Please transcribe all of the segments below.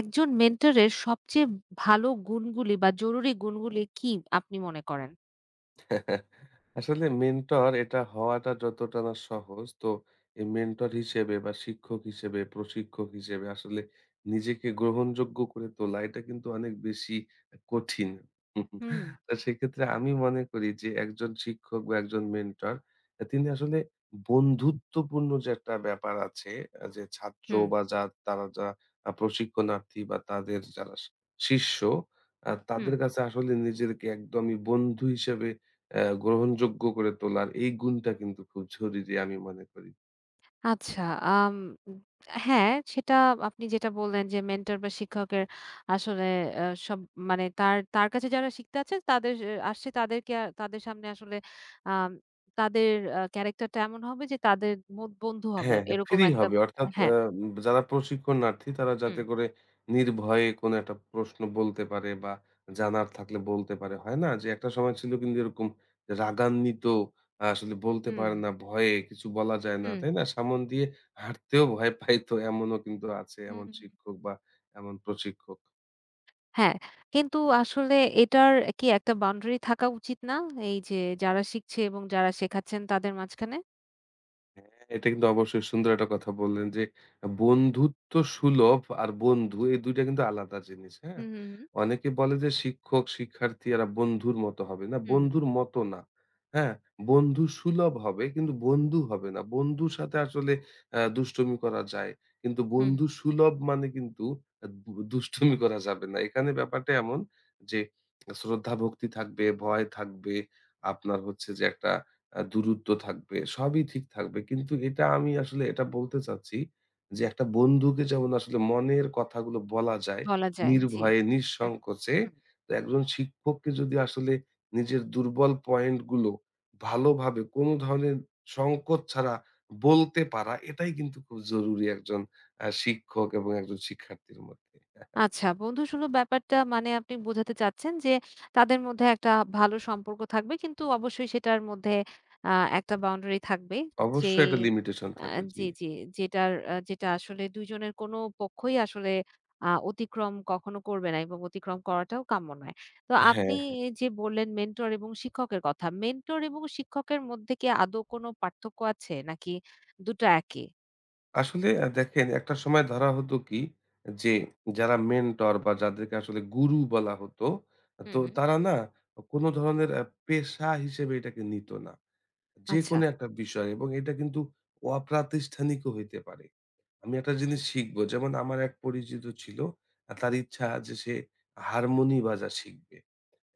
একজন মেন্টরের সবচেয়ে ভালো গুণগুলি বা জরুরি গুণগুলি কি আপনি মনে করেন? আসলে মেন্টর এটা হওয়াটা যতটা না সহজ তো এই মেন্টর হিসেবে বা শিক্ষক হিসেবে প্রশিক্ষক হিসেবে আসলে নিজেকে গ্রহণযোগ্য করে তোলা এটা কিন্তু অনেক বেশি কঠিন। হুম। হুম, তো সেক্ষেত্রে আমি মনে করি যে একজন শিক্ষক বা একজন মেন্টর তিনি আসলে বন্ধুত্বপূর্ণ যে একটা ব্যাপার আছে, যে ছাত্র হুম, বা যা তারা যা প্রশিক্ষণার্থী বা তাদের যারা শিষ্য, হুম। তাদের কাছে আসলে নিজেকে একদমই বন্ধু হিসেবে গ্রহণযোগ্য করে তোলার এই গুণটা কিন্তু খুব জরুরি আমি মনে করি। আচ্ছা, আম হ্যাঁ, সেটা আপনি যেটা বললেন যে মেন্টর বা শিক্ষকের আসলে সব মানে তার তার কাছে যারা শিখতে আছে তাদের আসছে তাদেরকে তাদের সামনে আসলে আম তাদের ক্যারাক্টারটা এমন হবে যে তাদের বন্ধু হবে। হ্যাঁ, হ্যাঁ, এরকম ফ্রি একটা হবে অর্থাৎ হ্যাঁ। যারা প্রশিক্ষণার্থী তারা যাতে হুম, করে নির্ভয়ে কোনো একটা প্রশ্ন বলতে পারে বা জানার থাকলে বলতে পারে। হয় না? যে একটা সময় ছিল কিন্তু এরকম যে রাগান্বিত আসলে বলতে হুম, পারে না, ভয়ে কিছু বলা যায় না, হুম, তাই না? সামন দিয়ে হাঁটতেও ভয় পাইতো, এমনও কিন্তু আছে হুম। এমন শিক্ষক বা এমন প্রশিক্ষক। হ্যাঁ, কিন্তু আসলে এটার কি একটা বাউন্ডারি থাকা উচিত না? এই যে যারা শিখছে এবং যারা শেখাচ্ছেন তাদের মাঝখানে? হ্যাঁ, এটা কিন্তু অবশ্যই সুন্দর একটা কথা বললেন যে বন্ধুত্ব সুলভ আর বন্ধু, এই দুইটা কিন্তু আলাদা জিনিস। হ্যাঁ? হুম, হুম, হুম। অনেকে বলে যে শিক্ষক, শিক্ষার্থী এরা বন্ধুর মতো হবে না। হুম, হুম। বন্ধুর মতো না। হ্যাঁ? বন্ধু সুলভ হবে কিন্তু বন্ধু হবে না। বন্ধুর সাথে আসলে দুষ্টুমি করা যায়। কিন্তু হুম। বন্ধু সুলভ মানে কিন্তু আ দু দুষ্টুমি করা যাবে না। এখানে ব্যাপারটা এমন যে শ্রদ্ধা ভক্তি থাকবে, ভয় থাকবে, আপনার হচ্ছে যে একটা দূরত্ব থাকবে, সবই ঠিক থাকবে। কিন্তু এটা আমি আসলে এটা বলতে চাচ্ছি যে, একটা বন্ধুকে যেমন আসলে মনের কথাগুলো বলা যায় বলা যায়, জি। নির্ভয়ে, হুম, নিঃসংকোচে, হুম। তো একজন শিক্ষককে যদি আসলে নিজের দুর্বল পয়েন্টগুলো ভালোভাবে কোনো ধরনের সংকোচ ছাড়া বলতে পারা, এটাই কিন্তু খুব জরুরি একজন শিক্ষক এবং একজন শিক্ষার্থীর মধ্যে। আচ্ছা, বন্ধুসুলভ ব্যাপারটা মানে আপনি বোঝাতে চাচ্ছেন যে, তাদের মধ্যে একটা ভালো সম্পর্ক থাকবে। কিন্তু অবশ্যই সেটার মধ্যে আ একটা বাউন্ডারি থাকবে। যে অবশ্যই একটা লিমিটেশন আ থাকবে। জি। জি, জি। যেটা আসলে ২ জনের কোনো পক্ষই আসলে অতিক্রম কখনো করবে না এবং অতিক্রম করাটাও কাম্য নয়। তো আপনি হ্যাঁ। যে বললেন মেন্টর এবং শিক্ষকের কথা। মেন্টর এবং শিক্ষকের মধ্যে কি আদৌ কোনো পার্থক্য আছে? নাকি দুটো একই? আসলে দেখেন একটা সময় ধরা হতো কি যে যারা মেন্টর বা যাদেরকে আসলে গুরু বলা হতো, হুম, তো হুম। তারা না কোনো ধরনের পেশা হিসেবে এটাকে নিত না। আচ্ছা, যেকোনো একটা বিষয় এবং এটা কিন্তু অপ্রাতিষ্ঠানিকও হইতে পারে। আমি একটা জিনিস শিখবো, যেমন আমার এক পরিচিত ছিল, তার ইচ্ছা যে সে হারমোনি বাজা শিখবে।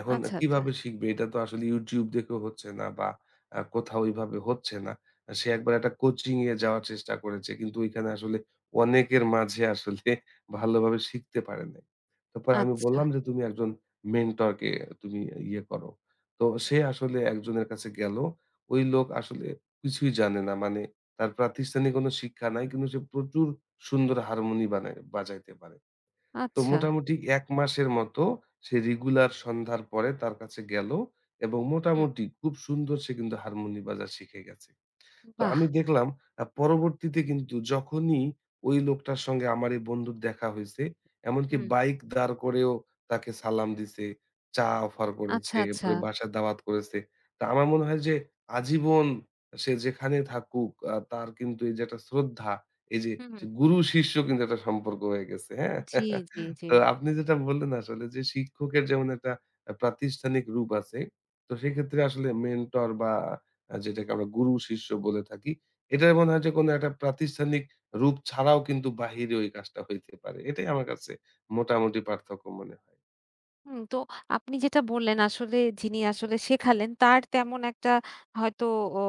এখন আচ্ছা, আচ্ছা, কিভাবে শিখবে? এটা তো আসলে YouTube দেখেও হচ্ছে না বা কোথাও ওইভাবে হচ্ছে না। সে একবার একটা কোচিং এ যাওয়ার চেষ্টা করেছে। কিন্তু ওইখানে আসলে অনেকের মাঝে আসলে ভালোভাবে শিখতে পারে নাই। তারপরে আমি আচ্ছা, বললাম যে, "তুমি একজন মেন্টর কে তুমি ইয়ে করো।" তো সে আসলে একজনের কাছে গেল। ওই লোক আসলে কিছুই জানে না। মানে তার প্রাতিষ্ঠানিক কোনো শিক্ষা নাই। কিন্তু সে প্রচুর সুন্দর হারমোনি বানায় বাজাইতে পারে। তো আচ্ছা। মোটামুটি ১ মাসের মতো সে রেগুলার সন্ধ্যার পরে তার কাছে গেল এবং মোটামুটি খুব সুন্দর সে কিন্তু হারমোনি বাজা শিখে গেছে। তো বাহ! আমি দেখলাম পরবর্তীতে কিন্তু যখনই ওই লোকটার সঙ্গে আমার এই বন্ধুর দেখা হইছে, এমনকি হুম। বাইক দাঁড় করেও তাকে সালাম দিছে, চা অফার করেছে, আচ্ছা, আচ্ছা। এরপরে বাসায় দাওয়াত করেছে। তা আমার মনে হয় যে আজীবন সে যেখানে থাকুক তার কিন্তু এই যে একটা শ্রদ্ধা, এই যে হুম, হুম। সে গুরু-শিষ্য কিন্তু একটা সম্পর্ক হয়ে গেছে, হ্যাঁ? জি, জি, জি। তো আপনি যেটা বললেন আসলে যে শিক্ষকের যেমন একটা প্রাতিষ্ঠানিক রূপ আছে, তো সেক্ষেত্রে আসলে মেন্টর বা যেটাকে আমরা গুরু শিষ্য বলে থাকি। এটার মনে হয় যে কোনো একটা প্রাতিষ্ঠানিক রূপ ছাড়াও কিন্তু বাহিরে ওই কাজটা হইতে পারে। এটাই আমার কাছে মোটামুটি পার্থক্য মনে হয়। হুম, তো আপনি যেটা বললেন আসলে যিনি আসলে শেখালেন তার তেমন একটা হয়তো ও,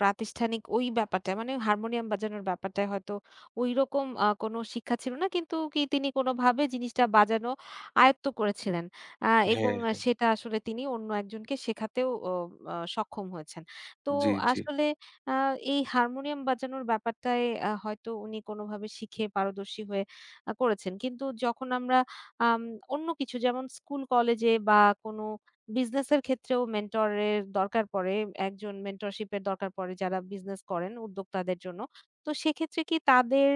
প্রাতিষ্ঠানিক ওই ব্যাপারটা মানে হারমোনিয়াম বাজানোর ব্যাপারটায় হয়তো ওইরকম কোনো শিক্ষা ছিল না কিন্তু কি তিনি কোনোভাবে জিনিসটা বাজানো আয়ত্ত করেছিলেন এবং হ্যাঁ, হ্যাঁ। সেটা আসলে তিনি অন্য একজনকে শেখাতেও সক্ষম হয়েছেন তো জি, জি। আসলে এই হারমোনিয়াম বাজানোর ব্যাপারটায় হয়তো উনি কোনোভাবে শিখে পারদর্শী হয়ে করেছেন কিন্তু যখন আমরা আম অন্য কিছু যেমন স্কুল কলেজে বা কোনো বিজনেসের ক্ষেত্রেও মেন্টরের দরকার পড়ে। একজন মেন্টরশিপের দরকার পড়ে যারা বিজনেস করেন উদ্যোক্তাদের জন্য। তো সেক্ষেত্রে কি তাদের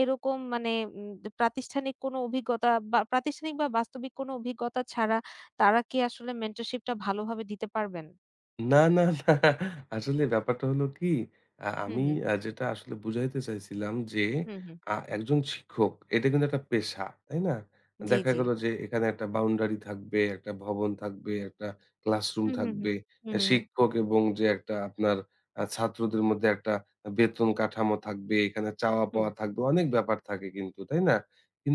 এরকম মানে উম প্রাতিষ্ঠানিক কোনো অভিজ্ঞতা বা প্রাতিষ্ঠানিক বা বাস্তবিক কোনো অভিজ্ঞতা ছাড়া তারা কি আসলে মেন্টরশিপটা ভালোভাবে দিতে পারবেন? না, না, না। আসলে ব্যাপারটা হলো কি, হুম, আমি হুম, যেটা আসলে বুঝাইতে চাইছিলাম যে, হুম, হুম। একজন শিক্ষক এটা কিন্তু একটা পেশা, তাই না? জি, দেখা জি। গেল যে এখানে একটা বাউন্ডারি থাকবে, একটা ভবন থাকবে, একটা ক্লাসরুম হুম, হুম, হুম। থাকবে। হুম, হুম, হুম। শিক্ষক এবং যে একটা আপনার ছাত্রদের মধ্যে একটা বেতন কাঠামো থাকবে, এখানে চাওয়া-পাওয়া থাকবে, অনেক ব্যাপার থাকে কিন্তু, তাই না?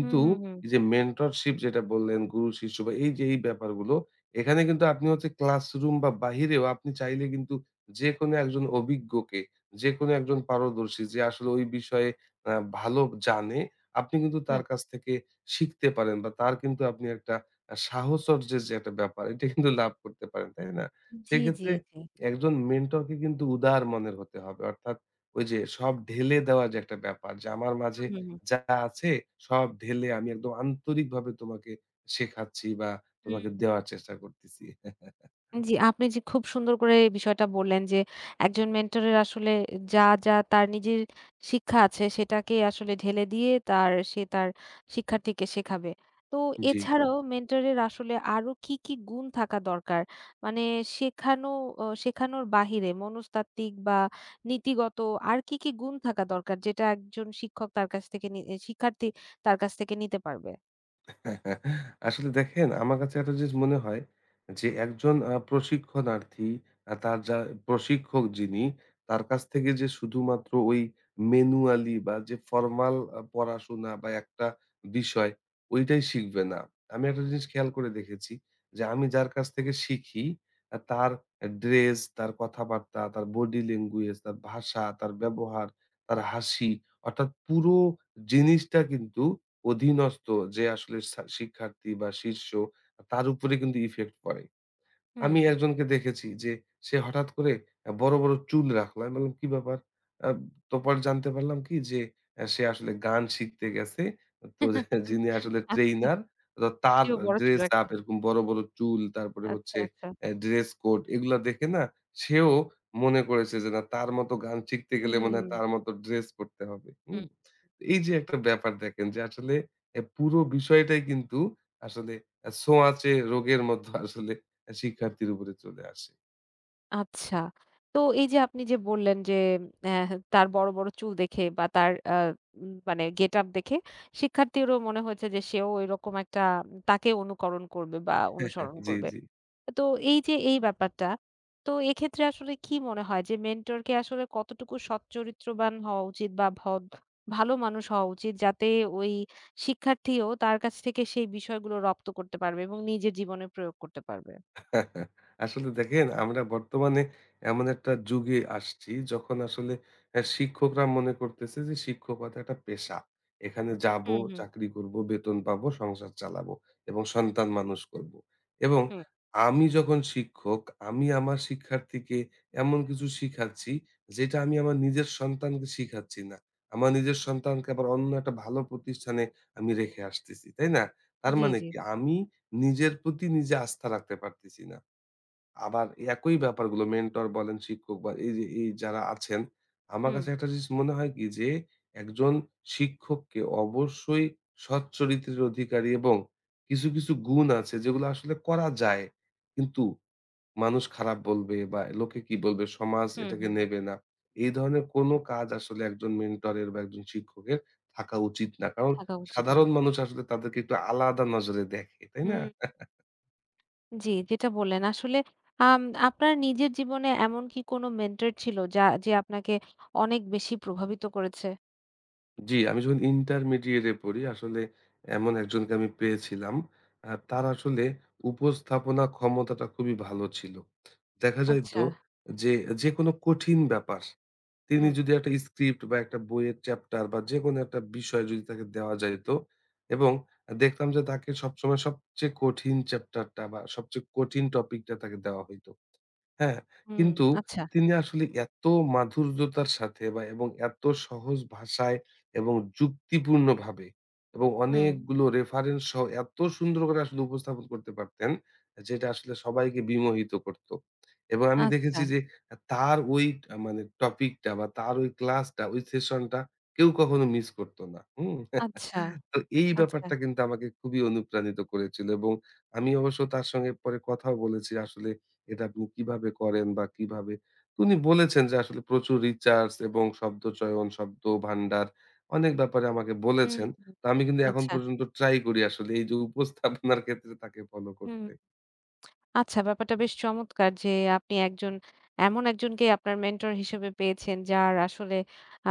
হুম, হুম, হুম, হুম। এই যে মেন্টরশিপ যেটা বললেন, গুরু-শিষ্য বা এই যে এই ব্যাপারগুলো, এখানে কিন্তু আপনি হচ্ছে ক্লাসরুম বা বাহিরেও আপনি চাইলে কিন্তু যেকোনো একজন অভিজ্ঞকে, যেকোনো একজন পারদর্শী যে আসলে ওই বিষয়ে আ ভালো জানে, আপনি কিন্তু তার হুম কাছ থেকে শিখতে পারেন বা তার কিন্তু আপনি একটা সাহচর্যের যে একটা ব্যাপার, এটা কিন্তু লাভ করতে পারেন, তাই না? জি, জি, সেক্ষেত্রে জি। একজন মেন্টরকে কিন্তু উদার মনের হতে হবে। অর্থাৎ ওই যে সব ঢেলে দেওয়া যে একটা ব্যাপার যে আমার মাঝে হুম, হুম, হুম। যা আছে সব ঢেলে আমি একদম আন্তরিকভাবে তোমাকে শেখাচ্ছি বা তোমাকে হুম। দেওয়ার চেষ্টা করতেছি। জি, আপনি যে খুব সুন্দর করে এই বিষয়টা বললেন যে, একজন মেন্টরের আসলে যা, যা তার নিজের শিক্ষা আছে সেটাকে আসলে ঢেলে দিয়ে সে তার শিক্ষার্থীকে শেখাবে। তো জি, জি। এছাড়াও মেন্টরের আসলে আরো কি, কি গুণ থাকা দরকার? মানে শেখানো শেখানোর বাহিরে মনস্তাত্ত্বিক বা নীতিগত আর কি, কি গুণ থাকা দরকার যেটা একজন শিক্ষক তার কাছ থেকে নি এ শিক্ষার্থী তার কাছ থেকে নিতে পারবে? আসলে দেখেন আমার কাছে একটা জিনিস মনে হয় যে একজন প্রশিক্ষণার্থী তার যা প্রশিক্ষক যিনি তার কাছ থেকে যে শুধুমাত্র ওই ম্যানুয়ালি বা যে ফর্মাল পড়াশোনা বা একটা বিষয় ওইটাই শিখবে না। আমি একটা জিনিস খেয়াল করে দেখেছি যে আমি যার কাছ থেকে শিখি, তার ড্রেস, তার কথাবার্তা, তার বডি ল্যাঙ্গুয়েজ, তার ভাষা, তার ব্যবহার, তার হাসি, অর্থাৎ পুরো জিনিসটা কিন্তু অধীনস্থ যে আসলে সা শিক্ষার্থী বা শিষ্য তার উপরে কিন্তু ইফেক্ট পড়ে। হুম। আমি একজনকে দেখেছি যে সে হঠাৎ করে বড়, বড় চুল রাখলো। আমি বললাম, "কি ব্যাপার?" আ তো পরে জানতে পারলাম কি যে সে আসলে গান শিখতে গেছে। তো যিনি আসলে আচ্ছা, ট্রেইনার, তো তার সেও বড় চুল ড্রেস রাখে। আপ এরকম বড়, বড় চুল, তারপরে আচ্ছা, হচ্ছে আচ্ছা। এ ড্রেস কোড এগুলা দেখে না, সেও মনে করেছে যে না তার মতো গান শিখতে গেলে হুম, মনে হয় তার মতো ড্রেস করতে হবে। হুম? হুম, এই যে একটা ব্যাপার দেখেন যে আসলে এ পুরো বিষয়টাই কিন্তু আসলে ছোঁয়াচে রোগের মতো আসলে শিক্ষার্থীর উপরে চলে আসে। আচ্ছা। তো এই যে আপনি যে বললেন যে তার বড়, বড় চুল দেখে বা তার আ উম মানে গেটআপ দেখে শিক্ষার্থীরও মনে হয়েছে যে সেও এরকম একটা তাকে অনুকরণ করবে বা অনুসরণ জি, করবে। জি। তো এই যে এই ব্যাপারটা, তো এক্ষেত্রে আসলে কি মনে হয় যে মেন্টরকে আসলে কতটুকু সৎ চরিত্রবান হওয়া উচিত বা ভালো মানুষ হওয়া উচিত যাতে ওই শিক্ষার্থীও তার কাছ থেকে সেই বিষয়গুলো রপ্ত করতে পারবে এবং নিজের জীবনে প্রয়োগ করতে পারবে? আসলে দেখেন আমরা বর্তমানে এমন একটা যুগে আসছি যখন আসলে শিক্ষকরা মনে করতেছে যে শিক্ষকতা একটা পেশা, এখানে যাব, হুম, হুম, চাকরি করব, বেতন পাবো, সংসার চালাবো এবং সন্তান মানুষ করব। এবং হুম। আমি যখন শিক্ষক, আমি আমার শিক্ষার্থীকে এমন কিছু শিখাচ্ছি যেটা আমি আমার নিজের সন্তানকে শিখাচ্ছি না। আমার নিজের সন্তানকে আবার অন্য একটা ভালো প্রতিষ্ঠানে আমি রেখে আসতেছি, তাই না? তার জি, মানে জি। কি আমি নিজের প্রতি নিজে আস্থা রাখতে পারতেছি না। আবার একই ব্যাপারগুলো মেন্টর বলেন, শিক্ষক বা এই যে এই যারা আছেন, আমার হুম, কাছে একটা জিনিস মনে হয় কি যে একজন শিক্ষককে অবশ্যই সৎ চরিত্রের অধিকারী এবং কিছু, কিছু গুণ আছে যেগুলো আসলে করা যায়। কিন্তু মানুষ খারাপ বলবে বা লোকে কি বলবে? সমাজ হুম, এটাকে হুম, হুম, নেবে না। এই ধরনের কোনো হুম। কাজ আসলে একজন মেন্টরের বা একজন শিক্ষকের থাকা উচিত না। কারণ থাকা উচিত না। সাধারণ মানুষ আসলে তাদেরকে একটু আলাদা নজরে দেখে, তাই না? হুম, জি, যেটা বললেন আসলে আম আপনার নিজের জীবনে এমন কি কোনো মেন্টর ছিল যে আপনাকে অনেক বেশি প্রভাবিত করেছে? জি, আমি যখন ইন্টারমিডিয়েটে পড়ি আসলে এমন একজনকে আমি পেয়েছিলাম। তার আসলে উপস্থাপনা ক্ষমতাটা খুবই ভালো ছিল। দেখা যাইত আচ্ছা। যে, যেকোনো কঠিন ব্যাপার তিনি হুম, যদি একটা স্ক্রিপ্ট বা একটা বইয়ের চ্যাপ্টার বা যেকোনো একটা বিষয় যদি তাকে দেওয়া যাইত, এবং দেখতাম যে তাকে সবসময় সবচেয়ে কঠিন চ্যাপ্টারটা বা সবচেয়ে কঠিন টপিকটা তাকে দেওয়া হইত। হ্যাঁ, হুম, কিন্তু আচ্ছা, তিনি আসলে এত মাধুর্যতার সাথে বা এবং এত সহজ ভাষায় এবং যুক্তিপূর্ণভাবে এবং হুম, অনেকগুলো রেফারেন্স সহ এত সুন্দর করে আসলে উপস্থাপন করতে পারতেন, যেটা আসলে সবাইকে বিমোহিত করত। এবং আমি আচ্ছা, দেখেছি যে তার ওই মানে টপিকটা বা তার ওই ক্লাসটা, ওই সেশনটা কেউ কখনো মিস করত না। হুম? আচ্ছা, তো এই আচ্ছা, ব্যাপারটা কিন্তু আমাকে খুবই অনুপ্রাণিত করেছিল এবং আমি অবশ্য তার সঙ্গে পরে কথাও বলেছি আসলে এটা আপনি কিভাবে করেন বা কিভাবে? তো উনি বলেছেন যে আসলে প্রচুর রিসার্চ এবং শব্দচয়ন, শব্দভান্ডার অনেক ব্যাপারে আমাকে হুম, বলেছেন। তো আমি কিন্তু এখন আচ্ছা, পর্যন্ত ট্রাই করি আসলে এই যে উপস্থাপনার ক্ষেত্রে তাকে ফলো হুম। করতে। আচ্ছা, ব্যাপারটা বেশ চমৎকার যে আপনি এমন একজনকে আপনার মেন্টর হিসেবে পেয়েছেন যার আসলে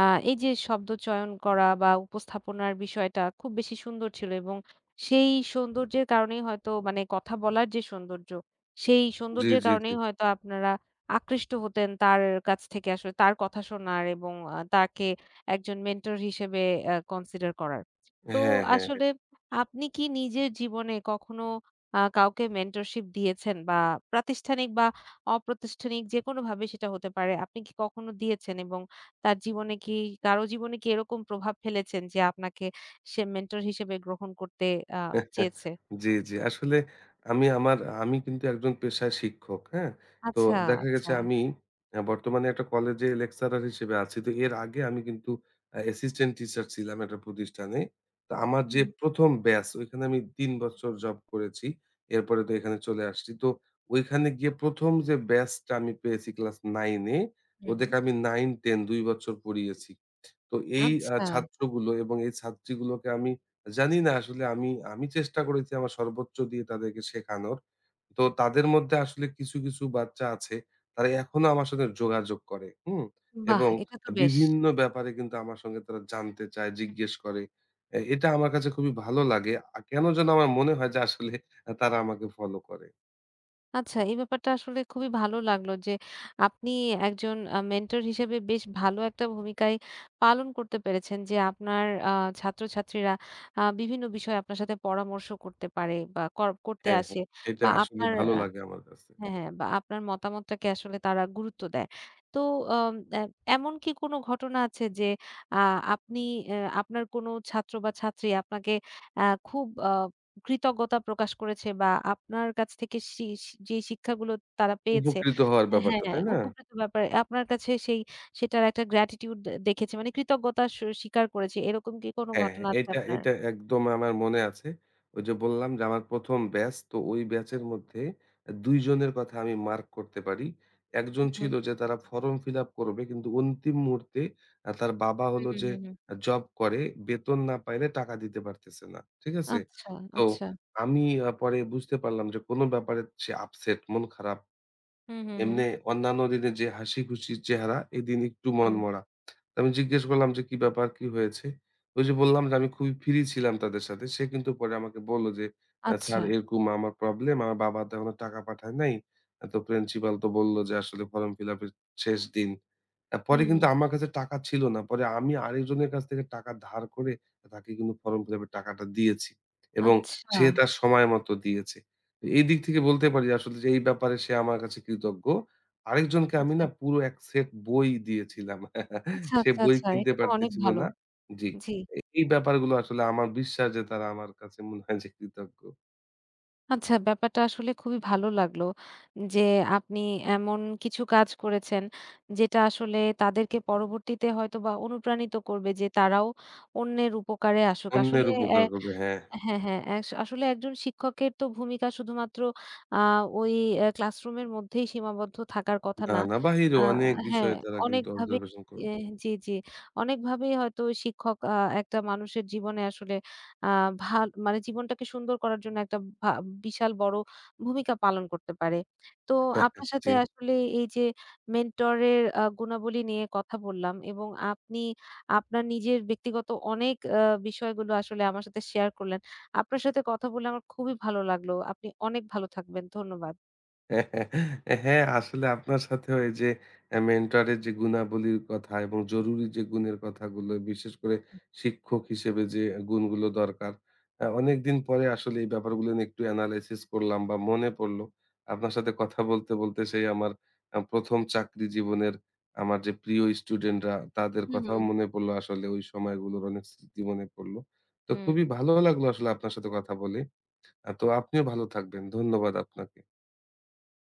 আ এই যে শব্দ চয়ন করা বা উপস্থাপনার বিষয়টা খুব বেশি সুন্দর ছিল এবং সেই সৌন্দর্যের কারণেই হয়তো মানে কথা বলার যে সৌন্দর্য, সেই জি, সৌন্দর্যের জি, জি। কারণেই হয়তো আপনারা আকৃষ্ট হতেন তার কাছ থেকে আসলে তার কথা শোনার এবং তাকে একজন মেন্টর হিসেবে কনসিডার করার। তো হ্যাঁ, হ্যাঁ। আসলে আপনি কি নিজের জীবনে কখনো কাউকে মেন্টরশিপ দিয়েছেন বা প্রাতিষ্ঠানিক বা অপ্রাতিষ্ঠানিক যেকোনোভাবে সেটা হতে পারে। আপনি কি কখনো দিয়েছেন? এবং তার জীবনে কি কারো জীবনে কি এরকম প্রভাব ফেলেছেন যে আপনাকে সে মেন্টর হিসেবে গ্রহণ করতে আ চেয়েছে? জি, জি। আসলে আমি আমার আমি কিন্তু একজন পেশায় শিক্ষক, হ্যাঁ? তো আচ্ছা, দেখা আচ্ছা। গেছে আমি বর্তমানে একটা কলেজে লেকচারার হিসেবে আছি। তো এর আগে আমি কিন্তু অ্যাসিস্ট্যান্ট টিচার ছিলাম একটা প্রতিষ্ঠানে। তো আমার যে হুম, ১ম ব্যাচ, ওইখানে আমি ৩ বছর জব করেছি। এরপরে তো এখানে চলে আসছি। তো ওইখানে গিয়ে ১ম যে ব্যাচটা আমি পেয়েছি ক্লাস ৯ এ, হুম, হুম। ওদেরকে আমি ৯, ১০ ২ বছর পড়িয়েছি। তো এই আচ্ছা, ছাত্রগুলো এবং এই ছাত্রীগুলোকে আমি জানি না আসলে, আমি আমি চেষ্টা করেছি আমার সর্বোচ্চ দিয়ে তাদেরকে শেখানোর। তো তাদের মধ্যে আসলে কিছু, কিছু বাচ্চা আছে, তারা এখনো আমার সাথে যোগাযোগ করে। হুম? বাহ! এবং এটা তো বেশ। বিভিন্ন ব্যাপারে কিন্তু আমার সঙ্গে তারা জানতে চায়, জিজ্ঞেস করে। এ এটা আমার কাছে খুবই ভালো লাগে। কেন যেন আমার মনে হয় যে আসলে তারা আমাকে ফলো করে। আচ্ছা, এই ব্যাপারটা আসলে খুবই ভালো লাগলো যে আপনি একজন মেন্টর হিসেবে বেশ ভালো একটা ভূমিকাই পালন করতে পেরেছেন যে আপনার ছাত্রছাত্রীরা বিভিন্ন বিষয়ে আপনার সাথে পরামর্শ করতে পারে বা করতে হ্যাঁ, হ্যাঁ। আসে এটা বা আসলে আপনার ভালো লাগে আমার কাছে। হ্যাঁ, হ্যাঁ, বা আপনার মতামতটাকে আসলে তারা গুরুত্ব দেয়। তো আম এ এমন কি কোনো ঘটনা আছে যে আ আপনি এ আপনার কোনো ছাত্র বা ছাত্রী আপনাকে আ খুব কৃতজ্ঞতা প্রকাশ করেছে বা আপনার কাছ থেকে শি শি যে শিক্ষাগুলো তারা পেয়েছে উপকৃত হওয়ার হ্যাঁ, ব্যাপারটা, হ্যাঁ, তাই না? উপকৃত ব্যাপারে আপনার কাছে সেটার একটা gratitude দেখেছে মানে কৃতজ্ঞতা স্বীকার করেছে। এরকম কি কোনো হ্যাঁ, ঘটনা আছে এটা আপনার? এটা একদম আমার মনে আছে। ওই যে বললাম যে আমার ১ম ব্যাচ, তো ওই ব্যাচের মধ্যে ২ জনের কথা আমি মার্ক করতে পারি। একজন হুম, হুম, ছিল যে তারা ফর্ম ফিল আপ করবে কিন্তু অন্তিম মুহূর্তে তার বাবা হুম, হলো হুম, যে হুম, হুম। জব করে, বেতন না পাইলে টাকা দিতে পারতেছে না। ঠিক আছে? আচ্ছা, তো আচ্ছা। আমি পরে বুঝতে পারলাম যে কোনো ব্যাপারে সে আপসেট, মন খারাপ। হুম, হুম, হুম, এমনে অন্যান্য দিনে যে হাসি খুশি চেহারা এদিন একটু হুম। মনমরা। আমি জিজ্ঞেস করলাম যে, "কি ব্যাপার? কি হয়েছে?" ওই যে বললাম যে, আমি খুবই ফ্রি ছিলাম তাদের সাথে। সে কিন্তু পরে আমাকে বলল যে, আচ্ছা, স্যার এরকম আমার প্রবলেম। আমার বাবা তো এখনো টাকা পাঠায় নাই। তো প্রিন্সিপাল তো বলল যে আসলে ফর্ম ফিল আপের শেষ দিন।" পরে হুম। কিন্তু আমার কাছে টাকা ছিল না। পরে আমি আরেকজনের কাছ থেকে টাকা ধার করে তাকে কিন্তু ফর্ম ফিল আপের টাকাটা দিয়েছি। এবং আচ্ছা, সে তার সময় মতো দিয়েছে। তো এই দিক থেকে বলতে পারি আসলে যে এই ব্যাপারে সে আমার কাছে কৃতজ্ঞ। আরেকজনকে আমি আচ্ছা, না পুরো এক সেট বই দিয়েছিলাম। আচ্ছা, সে আচ্ছা, বই আচ্ছা। কিনতে এটা তো অনেক পারতেছিল ভালো। না। জি। জি। এ এই ব্যাপারগুলো আসলে আমার বিশ্বাস যে তারা আমার কাছে মনে হয় যে কৃতজ্ঞ। আচ্ছা ব্যাপারটা আসলে খুবই ভালো লাগলো যে আপনি এমন কিছু কাজ করেছেন যেটা আসলে তাদেরকে পরবর্তীতে হয়তোবা অনুপ্রাণিত করবে যে তারাও অন্যের উপকারে আসুক। অন্যের আসলে উপকার করবে। হ্যাঁ। হ্যাঁ, হ্যাঁ। আসলে একজন শিক্ষকের তো ভূমিকা শুধুমাত্র আ ওই ক্লাসরুমের মধ্যেই সীমাবদ্ধ থাকার কথা না, না। না, বাহিরে আ অনেক হ্যাঁ, বিষয়ে তারা কিন্তু অনেকভাবেই observation এ করবে। জি, জি। অনেকভাবেই হয়তো ওই শিক্ষক একটা মানুষের জীবনে আসলে আ ভাল মানে জীবনটাকে সুন্দর করার জন্য একটা বিশাল বড় ভূমিকা পালন করতে পারে। তো আপনার সাথে জি। আসলে এই যে মেন্টরের গুণাবলী নিয়ে কথা বললাম এবং আপনি আপনার নিজের ব্যক্তিগত অনেক বিষয়গুলো আসলে আমার সাথে শেয়ার করলেন। আপনার সাথে কথা বলে আমার খুবই ভালো লাগলো। আপনি অনেক ভালো থাকবেন। ধন্যবাদ। হ্যাঁ, আসলে আপনার সাথেও এই যে মেন্টরের যে গুণাবলীর কথা এবং জরুরি যে গুণের কথাগুলো, বিশেষ করে শিক্ষক হিসেবে যে গুণগুলো দরকার, অনেকদিন পরে আসলে এই ব্যাপারগুলো নিয়ে একটু এনালাইসিস করলাম বা মনে পড়লো। আপনার সাথে কথা বলতে, বলতে সেই আমার ১ম চাকরি জীবনের আমার যে প্রিয় স্টুডেন্টরা, তাদের কথাও হুম। মনে পড়লো আসলে ওই সময়গুলোর অনেক স্মৃতি মনে পড়লো। তো খুবই ভালো লাগলো আসলে আপনার সাথে কথা বলে। তো আপনিও ভালো থাকবেন। ধন্যবাদ আপনাকে।